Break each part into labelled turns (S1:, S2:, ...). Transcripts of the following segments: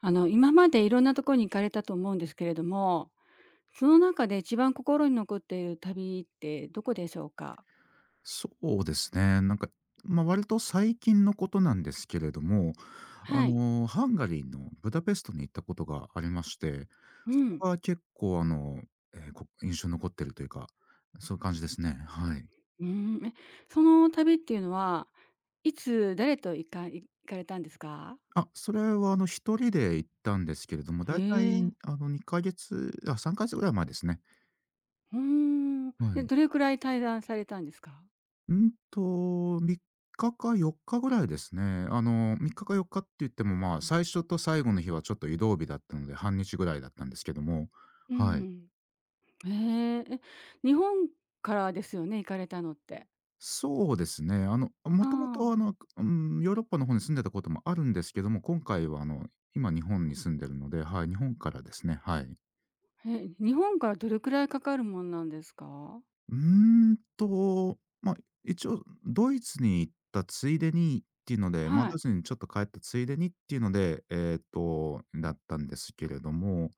S1: 今までいろんなところに行かれたと思うんですけれども、その中で一番心に残っている旅ってどこでしょうか？
S2: そうですね。割と最近のことなんですけれども、
S1: はい。
S2: ハンガリーのブダペストに行ったことがありまして、
S1: う
S2: そ
S1: ん。
S2: こが結構印象に残ってるというか、そういう感じですね。はい。
S1: うーん。え、その旅っていうのは、いつ誰と行かれたんですか？
S2: あ、それは一人で行ったんですけれども、
S1: へ
S2: だいたい
S1: え。
S2: 2ヶ月、あ、3ヶ月ぐらい前ですね。
S1: うーん。
S2: は
S1: え、
S2: い。
S1: どれくらい滞在されたんですか？
S2: うんと、3日か4日ぐらいですね。あの、3日か4日って言っても、まあ、最初と最後の日はちょっと移動日だったので、半日ぐらいだったんですけども、
S1: う
S2: はい。
S1: んうん。へえ。え、日本からですよね？行かれたのって。
S2: そうですね。あの、も
S1: あ
S2: ともと、
S1: あ。
S2: ヨーロッパの方に住んでたこともあるんですけども、今回は、あの、今日本に住んでるので、はい、日本からですね、はい。
S1: え、日本からどれくらいかかるもんなんですか？
S2: うーまあ、一応ドイツに行ったついでにっていうので、まあ、
S1: は
S2: ド
S1: い。
S2: イツにちょっと帰ったついでにっていうので、だったんですけれども、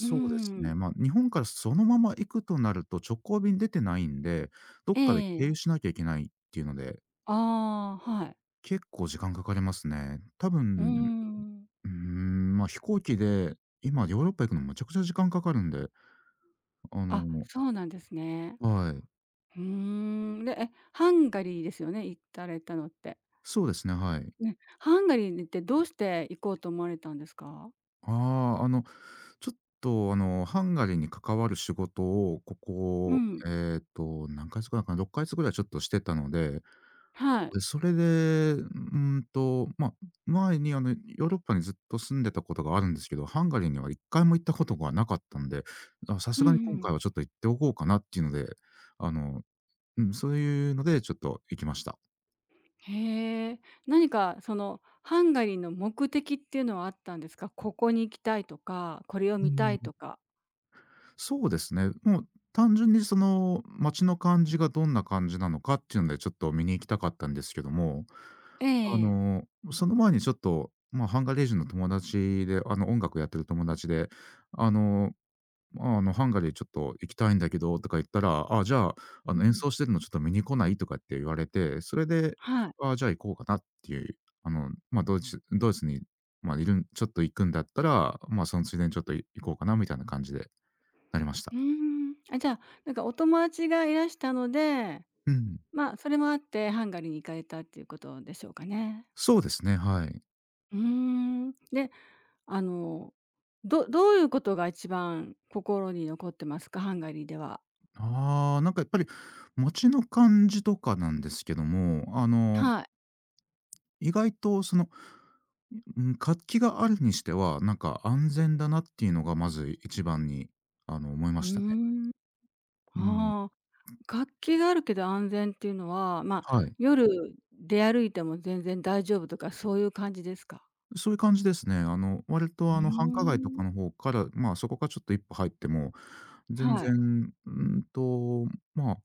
S1: うんう
S2: うです
S1: んう
S2: ね、
S1: ん。
S2: まあ、日本からそのまま行くとなると直行便出てないんで、どっ
S1: え
S2: かで経由
S1: え。
S2: しなきゃいけないっていうので、
S1: ああ、はい。
S2: 結構時間かかりますね。多
S1: うー
S2: 分、
S1: ん。
S2: まあ、飛行機で今ヨーロッパ行くのめちゃくちゃ時間かかるんで、あ
S1: あ、
S2: の
S1: そうなんですね。
S2: はい。
S1: うーん。で、え、ハンガリーですよね、行かれたのって。
S2: そうですね、はい。
S1: ね、ハンガリーにってどうして行こうと思われたんですか？
S2: ああ、ちょっとハンガリーに関わる仕事を、こ
S1: う
S2: こ、
S1: ん。
S2: えっと、何ヶ月ぐらいかな、6ヶ月ぐらいちょっとしてたので、
S1: はい。
S2: で、それで、うーんと、ま、あ、前にヨーロッパにずっと住んでたことがあるんですけど、ハンガリーには1回も行ったことがなかったんで、あ、さ
S1: う
S2: す
S1: ん
S2: がに
S1: う
S2: 今
S1: ん。
S2: 回はちょっと行っておこうかなっていうので、あの、うん、そういうのでちょっと行きました。
S1: へえ。何かそのハンガリーの目的っていうのはあったんですか？ここに行きたいとか、これを
S2: う
S1: 見た
S2: ん。
S1: いとか。
S2: そうですね。もう単純にその街の感じがどんな感じなのかっていうのでちょっと見に行きたかったんですけども、
S1: え
S2: あ
S1: え。
S2: の、その前にちょっと、まあ、ハンガリー人の友達で、あの、音楽やってる友達で、あの、ハンガリーちょっと行きたいんだけどとか言ったら、あ、じゃあ、あ
S1: う
S2: の、演
S1: ん。
S2: 奏してるのちょっと見に来ないとかって言われて、それで、
S1: はい。
S2: あ、じゃあ行こうかなっていう、あの、まあ、ドイツに、まあ、いるんちょっと行くんだったら、まあ、そのついでにちょっと行こうかなみたいな感じでなりまし
S1: う
S2: た。
S1: ーん。あ、じゃあ、なんかお友達がいらしたので、
S2: うん、
S1: まあ、それもあってハンガリーに行かれたっていうことでしょうかね。
S2: そうですね、はい。
S1: うーん。で、あの、どういうことが一番心に残ってますか？ハンガリーでは。
S2: ああ、なんかやっぱり街の感じとかなんですけども、あの、
S1: はい。
S2: 意外とその、うん、活気があるにしては、なんか安全だなっていうのがまず一番に、あの、思いま
S1: うー
S2: したね。
S1: ん。
S2: うん。
S1: ああ、活気があるけど安全っていうのは、まあ、
S2: はい。
S1: 夜出歩いても全然大丈夫とかそういう感じですか？
S2: そういう感じですね。あの、割
S1: う
S2: とあの、繁華街と
S1: ーん。
S2: かの方から、まあ、そこからちょっと一歩入っても、全
S1: はい。
S2: 然、まあ、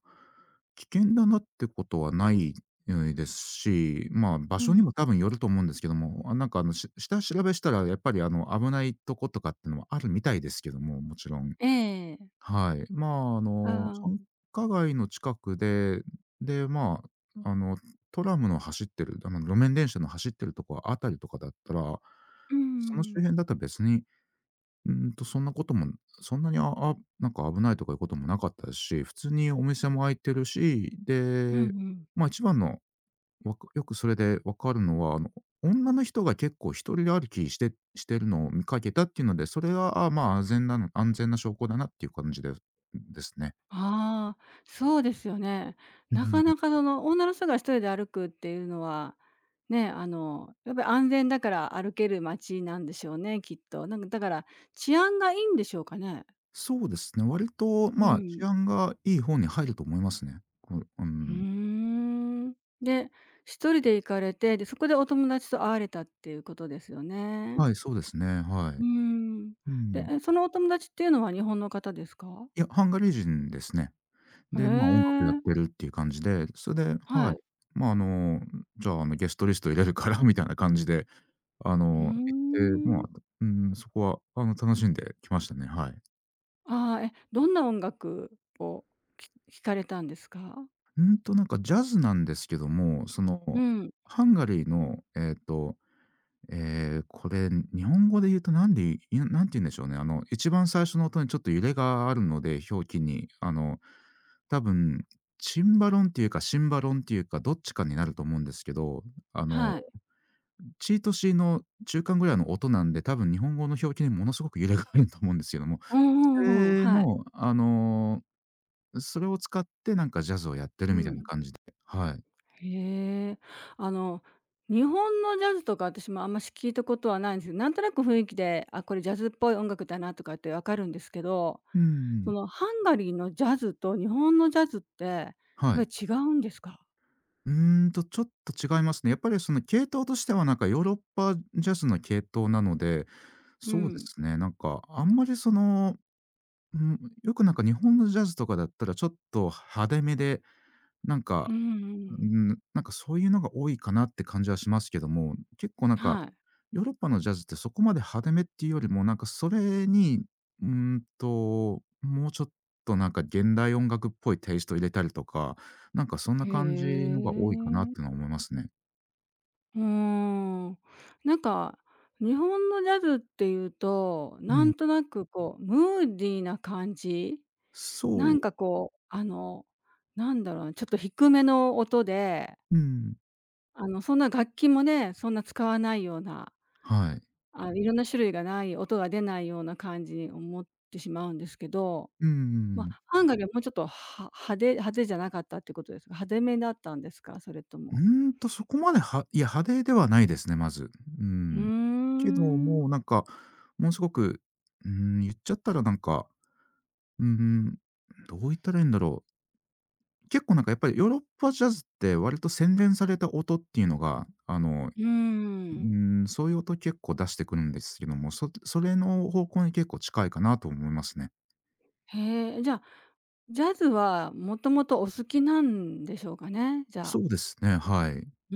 S2: 危険だなってことはない、ですし、まあ、場
S1: う
S2: 所に
S1: ん。
S2: も多分よると思うんですけども、あ、なんか下調べしたらやっぱりあの、危ないとことかってのはあるみたいですけども、もちろん。
S1: ええ。
S2: はい。まあ、あ
S1: あ
S2: の、繁
S1: あ。
S2: 華街の近くで、で、まあ、あの、トラムの走ってる、あの、路面電車の走ってるとこあたりとかだったら、
S1: うんうんう
S2: その周
S1: ん。
S2: 辺だったら別にそんなことも、そんなに、ああ、なんか危ないとかいうこともなかったですし、普通にお店も開いてるし、
S1: うんう
S2: で、
S1: ん。
S2: まあ、一番の、よくそれで分かるのは、あの、女の人が結構一人歩きしてるのを見かけたっていうので、それは、あ、まあ、安全な証拠だなっていう感じでですね。
S1: ああ、そうですよね。
S2: う
S1: なか
S2: ん。
S1: なかその女の人が一人で歩くっていうのは、ね、あの、やっぱり安全だから歩ける街なんでしょうね、きっと。なんかだから治安がいいんでしょうかね。
S2: そうですね、割と、
S1: う
S2: まあ、
S1: ん。
S2: 治安がいい方に入ると思いますね。こう、う
S1: うー
S2: ん。
S1: ん。で、一人で行かれて、で、そこでお友達と会われたっていうことですよね。
S2: はい、そうですね、は
S1: うー
S2: い。
S1: ん。
S2: う
S1: で、
S2: ん。
S1: え、そのお友達っていうのは日本の方ですか？
S2: いや、ハンガリー人ですね。
S1: へ
S2: で、まあ、音楽やっ
S1: え、
S2: てるっていう感じで、それでは
S1: は
S2: い。
S1: い。
S2: まあ、あの、じゃあ、あの、ゲストリスト入れるから みたいな感じで、あ
S1: う
S2: の、行って、ま
S1: ーん。
S2: あ、うん、そこは、あの、楽しんできましたね、はい。
S1: ああ、え、どんな音楽をき聴かれたんですか？
S2: なんかジャズなんですけども、そ
S1: う
S2: の、
S1: ん、
S2: ハンガリーの、これ、日本語で言うとなんでいなんて言うんでしょうね、あの、一番最初の音にちょっと揺れがあるので、表記に、あの、多分チンバロンっていうかシンバロンっていうか、どっちかになると思うんですけど、あの
S1: はい。
S2: チートシーの中間ぐらいの音なんで、多分日本語の表記にものすごく揺れがあると思うんですけども、
S1: うんう
S2: そ
S1: んうんうん、
S2: れ
S1: はい。
S2: の、あの、それを使ってなんかジャズをやってる
S1: う
S2: みたいな
S1: ん。
S2: 感じで、はい。
S1: へえ。あの、日本のジャズとか私もあんまし聞いたことはないんですけど、なんとなく雰囲気で、あ、これジャズっぽい音楽だなとかってわかるんですけど、
S2: うんう
S1: そ
S2: ん。
S1: のハンガリーのジャズと日本のジャズって、やっ
S2: は
S1: ぱ
S2: い。
S1: り違うんですか？
S2: ちょっと違いますね。やっぱりその系統としてはなんかヨーロッパジャズの系統なので、
S1: う
S2: そうで
S1: ん。
S2: すね、なんかあんまりその、うん、よくなんか日本のジャズとかだったらちょっと派手めで、なん
S1: う
S2: か
S1: んうんう
S2: う
S1: ん。
S2: なんかそういうのが多いかなって感じはしますけども、結構なんか、
S1: はい。
S2: ヨーロッパのジャズってそこまで派手めっていうよりも、なんかそれに、もうちょっとなんか現代音楽っぽいテイスト入れたりとか、なんかそんな
S1: へ
S2: 感じのが多いかな
S1: え。
S2: ってのは思いますね。
S1: うーん。なんか、日本のジャズっていうと、
S2: う
S1: な
S2: ん。
S1: んとなくこう、ムーディーな感じ？な
S2: そ
S1: ん
S2: う。
S1: かこう、あの、なんだろうな、ちょっと低めの音で、
S2: うん。
S1: あの、そんな楽器もね、そんな使わないような、
S2: はい。
S1: あ、いろんな種類がない、音が出ないような感じに思ってしまうんですけど、
S2: う
S1: ま、
S2: ん。
S1: ハンガリーはもうちょっとは派手派手じゃなかったってことですか？派手めだったんですか？それとも。
S2: そこまではいや、派手ではないですね、まず。う
S1: うー
S2: ん。けど
S1: ん。
S2: も、なんか、ものすごく、うん、言っちゃったらなんかうんうん、どう言ったらいいんだろう。結構なんかやっぱりヨーロッパジャズって割と洗練された音っていうのが、あの、
S1: うー
S2: う
S1: ん。
S2: そういう音結構出してくるんですけども、それの方向に結構近いかなと思いますね。
S1: へえ、じゃあ、ジャズはもともとお好きなんでしょうかね？じゃあ。
S2: そうですね、はい。
S1: う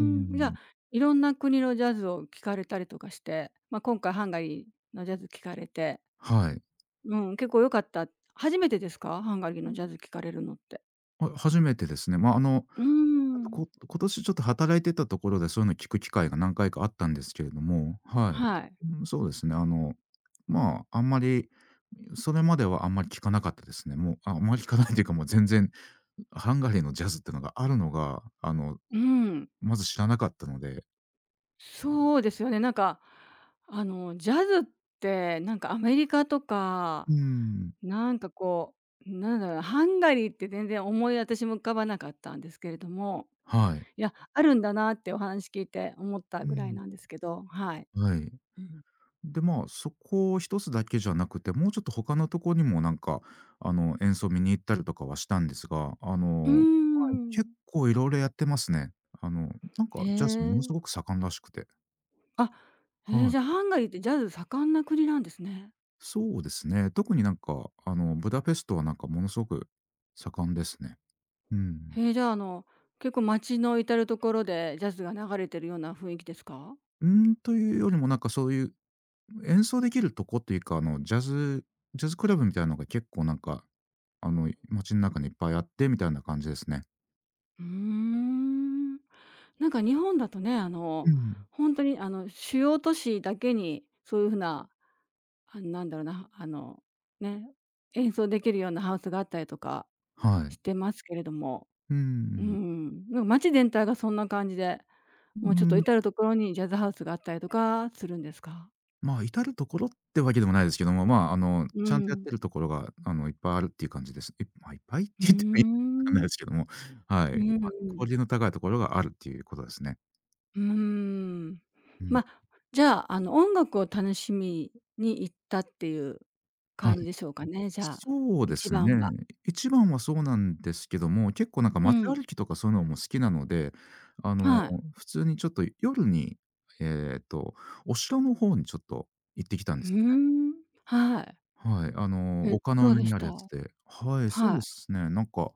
S2: う
S1: ん、じゃあ、
S2: ん、
S1: いろんな国のジャズを聴かれたりとかして、まあ、今回ハンガリーのジャズ聴かれて、
S2: はい。
S1: うん、結構良かった初めてですか？ハンガリーのジャズ聴かれるのって。
S2: あ、初めてですね。
S1: うー
S2: あと、
S1: ん。
S2: 今年ちょっと働いてたところで、そういうの聞く機会が何回かあったんですけれども、はい。
S1: はい。
S2: うん、そうですね、あの、まあ、あんまり、それまではあんまり聞かなかったですね。もう、あ、あんまり聞かないというか、もう全然ハンガリーのジャズっていうのがあるのが、あの、
S1: うん。
S2: まず知らなかったので。
S1: そうですよね。なんか、あの、ジャズって、なんか、アメリカと
S2: う
S1: か、
S2: ーん、
S1: なんか、こう、なんだろう、ハンガリーって全然思い私も浮かばなかったんですけれども、
S2: はい。
S1: いや、あるんだなってお話聞いて思った
S2: う
S1: ぐらい
S2: ん。
S1: なんですけど、はい。
S2: はい。
S1: うん。
S2: で、まあ、そこ一つだけじゃなくて、もうちょっと他のとこにもなんか、あの、演奏見に行ったりとかはしたんですが、あ
S1: うー
S2: の、はい。結
S1: ん。
S2: 構いろいろやってますね。あの、なん
S1: へ
S2: かジャズものす
S1: え。
S2: ごく盛んらしくて。
S1: あ、へえ、
S2: はい。
S1: じゃあ、ハンガリーってジャズ盛んな国なんですね。
S2: そうですね。特になんか、あの、ブダペストはなんかものすごく盛んですね。うん。
S1: へえ、じゃあ、あの、結構街の至る所でジャズが流れてるような雰囲気ですか？
S2: うん、というよりもなんかそういう演奏できるとこというか、ジャズクラブみたいなのが結構なんか、街の中にいっぱいあってみたいな感じですね。
S1: うーん。なんか日本だとね、あ
S2: う
S1: の、
S2: ん。
S1: 本当にあの、主要都市だけに、そういう風な、あなんだろうな、あの、ね、演奏できるようなハウスがあったりとか
S2: は
S1: し
S2: い。
S1: てますけれども、
S2: う
S1: う
S2: ん。
S1: ん、なんか街全体がそんな感じで、
S2: う
S1: も
S2: ー
S1: うちょっと
S2: ん、
S1: 至る所にジャズハウスがあったりとかするんですか？
S2: まあ、至る所ってわけでもないですけども、まあ、
S1: う
S2: ちゃんとやっ
S1: ん。
S2: てるところが、いっぱいあるっていう感じです。いまあ、いっぱいって
S1: うー
S2: 言ってもいいわかんない
S1: ん。
S2: ですけども、はい。
S1: うんう
S2: まあ、クオ
S1: ん。
S2: リティの高いところがあるっていうことですね。
S1: うーん。
S2: うん。
S1: まあ、じゃあ、あの、音楽を楽しみに行ったっていう
S2: はい。
S1: 感じでしょうかね、じゃあ、
S2: そうで
S1: 一
S2: すね。
S1: 番は。
S2: 一番はそうなんですけども、結構なんか
S1: う
S2: 街
S1: ん。
S2: 歩きとかそういうのも好きなので、あの、
S1: はい。
S2: 普通にちょっと夜に、えっと、お城の方にちょっと行ってきたんで
S1: ふ
S2: すよ。
S1: ーん。はい。
S2: はい、
S1: え、
S2: 丘
S1: ど
S2: の
S1: う
S2: 上
S1: でし
S2: にある
S1: た？
S2: やつで。はい、そう
S1: は
S2: で
S1: い。
S2: すね。なんか、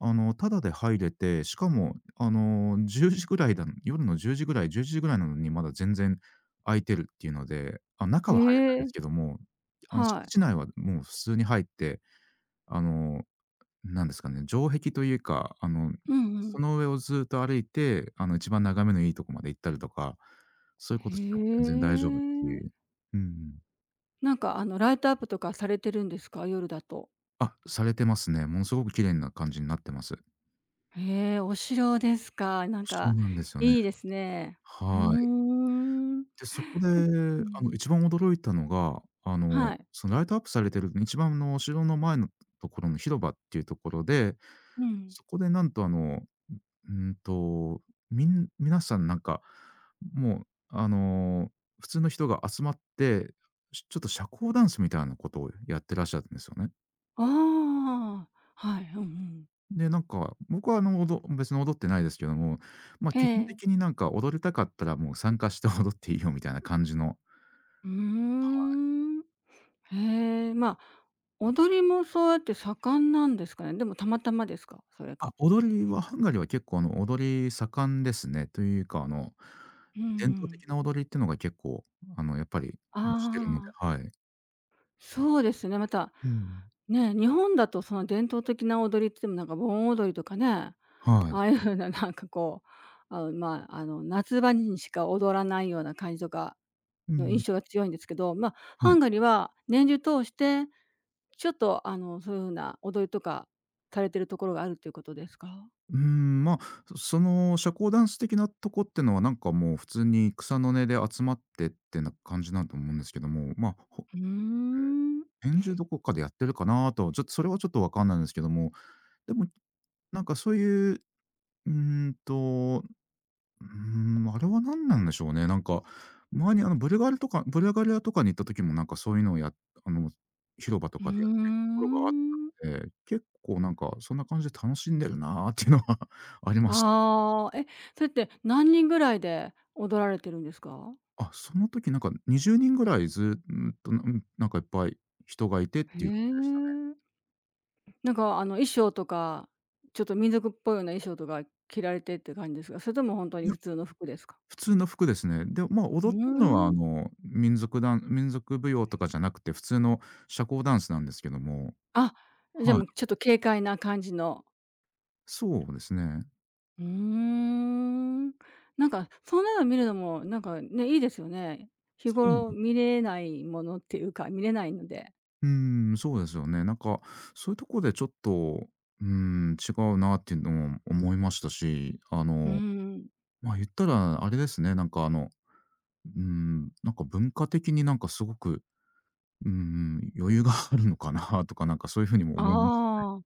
S2: タダで入れて、しかも、10時ぐらいだ夜の10時ぐらい、11時ぐらいなのに、まだ全然空いてるっていうので、あ、中は入れない
S1: へ
S2: で
S1: え、
S2: すけども、
S1: は
S2: 敷
S1: い。
S2: 地内はもう普通に入って、あの、なんですかね、城壁というか、
S1: うんう
S2: そ
S1: ん。
S2: の上をずっと歩いて、一番眺めのいいとこまで行ったりとか、そういうことしても全然
S1: へ
S2: 大丈夫っていう。
S1: え。
S2: うんうん。
S1: なんか、あの、ライトアップとかされてるんですか？夜だと。
S2: あ、されてますね。ものすごく綺麗な感じになってます。
S1: へえ、お城ですか。なん
S2: そう
S1: か
S2: なんですよね。
S1: いいですね。うー
S2: はい。
S1: ん。
S2: で、そこで、
S1: うん。
S2: 一番驚いたのが、
S1: はい。
S2: そのライトアップされてる一番のお城の前のところの広場っていうところで、
S1: うん。
S2: そこでなんとうんと、皆さんなんか、もう、普通の人が集まって、ちょっと社交ダンスみたいなことをやってらっしゃるんですよね。
S1: ああ、はい、うんうん。
S2: で、なんか、僕は別に踊ってないですけども、まあ、
S1: え
S2: 基本
S1: え。
S2: 的になんか踊りたかったらもう参加して踊っていいよみたいな感じの。
S1: うーん。へえ、まあ、踊りもそうやって盛んなんですかね。でもたまたまですか？それ
S2: あ、
S1: か。
S2: 踊りはハンガリーは結構踊り盛んですね。というか、
S1: うんう
S2: 伝統
S1: ん。
S2: 的な踊りってのが結構、やっぱりしてるので、
S1: ああ、
S2: はい。
S1: そうですね、また、
S2: うん。
S1: ね、日本だとその伝統的な踊りって言ってもなんか盆踊りとかね、
S2: は
S1: あ
S2: い。
S1: あいう風ななんかこう、あのまあ、あの、夏場にしか踊らないような感じとか
S2: う
S1: の印
S2: ん。
S1: 象が強いんですけど、まあ、
S2: は
S1: ハ
S2: い。
S1: ンガリーは年中通してちょっと、あの、そういう風な踊りとかされてるところがあるということですか？
S2: まあ、の社交ダンス的なとこってのは、なんかもう普通に草の根で集まってってな感じなんと思うんですけども、ま、あ。
S1: うーん、
S2: 編集どこかでやってるかなと、ちょっとそれはちょっとわかんないんですけども、でも、なんかそういう、うーんと、うーあれは何なんでしょうね。なんか、前にブルガリとかブルガリアとかに行った時もなんかそういうのをやあの、広場と
S1: うー
S2: かでやってるところがあっ
S1: ん。
S2: たので、結構なんかそんな感じで楽しんでるなっていうのは ありました
S1: ああ、え、それって何人ぐらいで踊られてるんですか？
S2: あ、その時なんか20人ぐらいずうんと、なんかいっぱい人がいてっ
S1: へ
S2: ていう感じでした
S1: え。なんか、あの、衣装とか、ちょっと民族っぽいような衣装とか着られてって感じですか？それとも本当に
S2: ね。
S1: 普通の服ですか？
S2: 普通の服ですね。で、まあ、
S1: うー
S2: 踊ってるのは、
S1: ん。
S2: 民族舞踊とかじゃなくて、普通の社交ダンスなんですけども、
S1: あ、じゃあ、
S2: はい。
S1: もうちょっと軽快な感じの
S2: そうですね。
S1: うーん。なんか、そんなの見るのも、なんかね、いいですよね。日
S2: そう、
S1: 頃見れないものっていうか、見れないので。
S2: そうですよね。なんか、そういうとこでちょっと、違うなっていうのも思いましたし、
S1: うーん。
S2: まあ、言ったらあれですね、なんか、なんか文化的になんかすごく、余裕があるのかなとか、なんかそういう風にも思いました。
S1: ああ、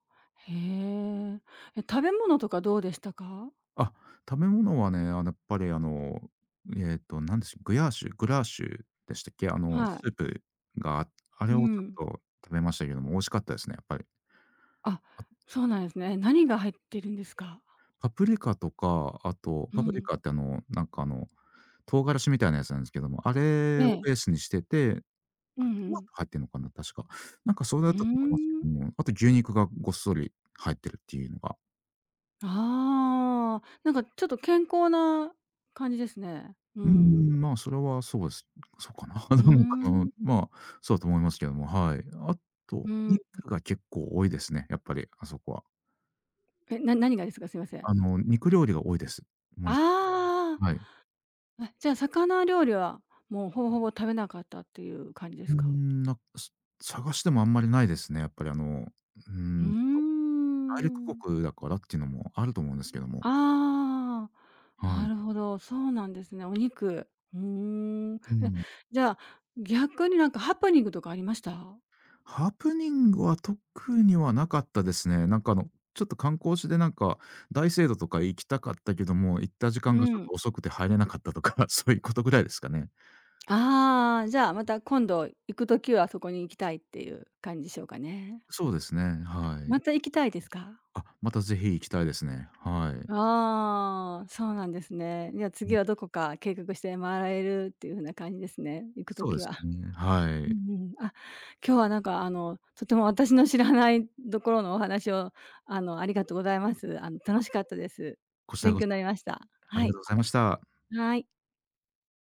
S1: へえ。え、食べ物とかどうでしたか？
S2: あ、食べ物はね、やっぱりなんでしょう、グラーシュでしたっけ？あの、
S1: は
S2: ス
S1: い。
S2: ープがあ、あれ
S1: う
S2: をちょ
S1: ん。
S2: っと食べましたけども、美味しかったですね、やっぱり。
S1: あ、
S2: あ、
S1: そうなんですね。何が入ってるんですか？
S2: パプリカとか、あと、
S1: う
S2: パプリ
S1: ん。
S2: カって唐辛子みたいなやつなんですけども、あ
S1: え
S2: れを
S1: え。
S2: ベースにしてて、
S1: うん
S2: あ、
S1: う
S2: トマト
S1: ん。
S2: 入ってるのかな、確か。なんかそうだ
S1: う
S2: ったと思いますけ
S1: ーん。
S2: ども、あと牛肉がごっそり入ってるっていうのが
S1: ああ、なんかちょっと健康な感じですね。うん。
S2: まあ、それはそうです。そうかな。
S1: う ー
S2: なんか、
S1: ん。
S2: まあ、そうだと思いますけども、はい。あと、お
S1: うん。
S2: 肉が結構多いですね、やっぱり、あそこは。
S1: え、何がですか？すいません。
S2: 肉料理が多いです。ものす
S1: あ
S2: はい。
S1: あ、あ、じゃあ、魚料理は、もうほぼほぼ食べなかったっていう感じですか？
S2: なんす探してもあんまりないですね、やっぱりー
S1: うー
S2: ん、大陸
S1: ん。
S2: 国だからっていうのもあると思うんですけども。
S1: ああ、
S2: はい。
S1: なるほど、そうなんですね。お肉。うーん。
S2: う
S1: え、
S2: ん。
S1: じゃあ、逆になんかハプニングとかありました？
S2: ハプニングは特にはなかったですね。なんかちょっと観光地でなんか、大聖堂とか行きたかったけども、行った時
S1: う
S2: 間がちょっ
S1: ん。
S2: と遅くて入れなかったとか、そういうことぐらいですかね。
S1: ああ、じゃあ、また今度行くときはそこに行きたいっていう感じでしょうかね。
S2: そうですね、は
S1: ま
S2: い。
S1: た行きたいですか？
S2: あ、またぜひ行きたいですね。はい。
S1: ああ、そうなんですね。じゃあ
S2: う
S1: 次
S2: ん、
S1: はどこか計画して回られるっていう風な感じですね、行く
S2: そう
S1: 時
S2: です
S1: は。
S2: ね、は
S1: う
S2: い。
S1: んうん。あ、今日はなんかあの、とても私の知らないところのお話をあの、ありがとうございます。あの、楽しかったです。
S2: こちら
S1: 勉
S2: こ
S1: 強
S2: そ
S1: になりました。
S2: あ
S1: は
S2: りが
S1: い。
S2: とうございました。
S1: はい。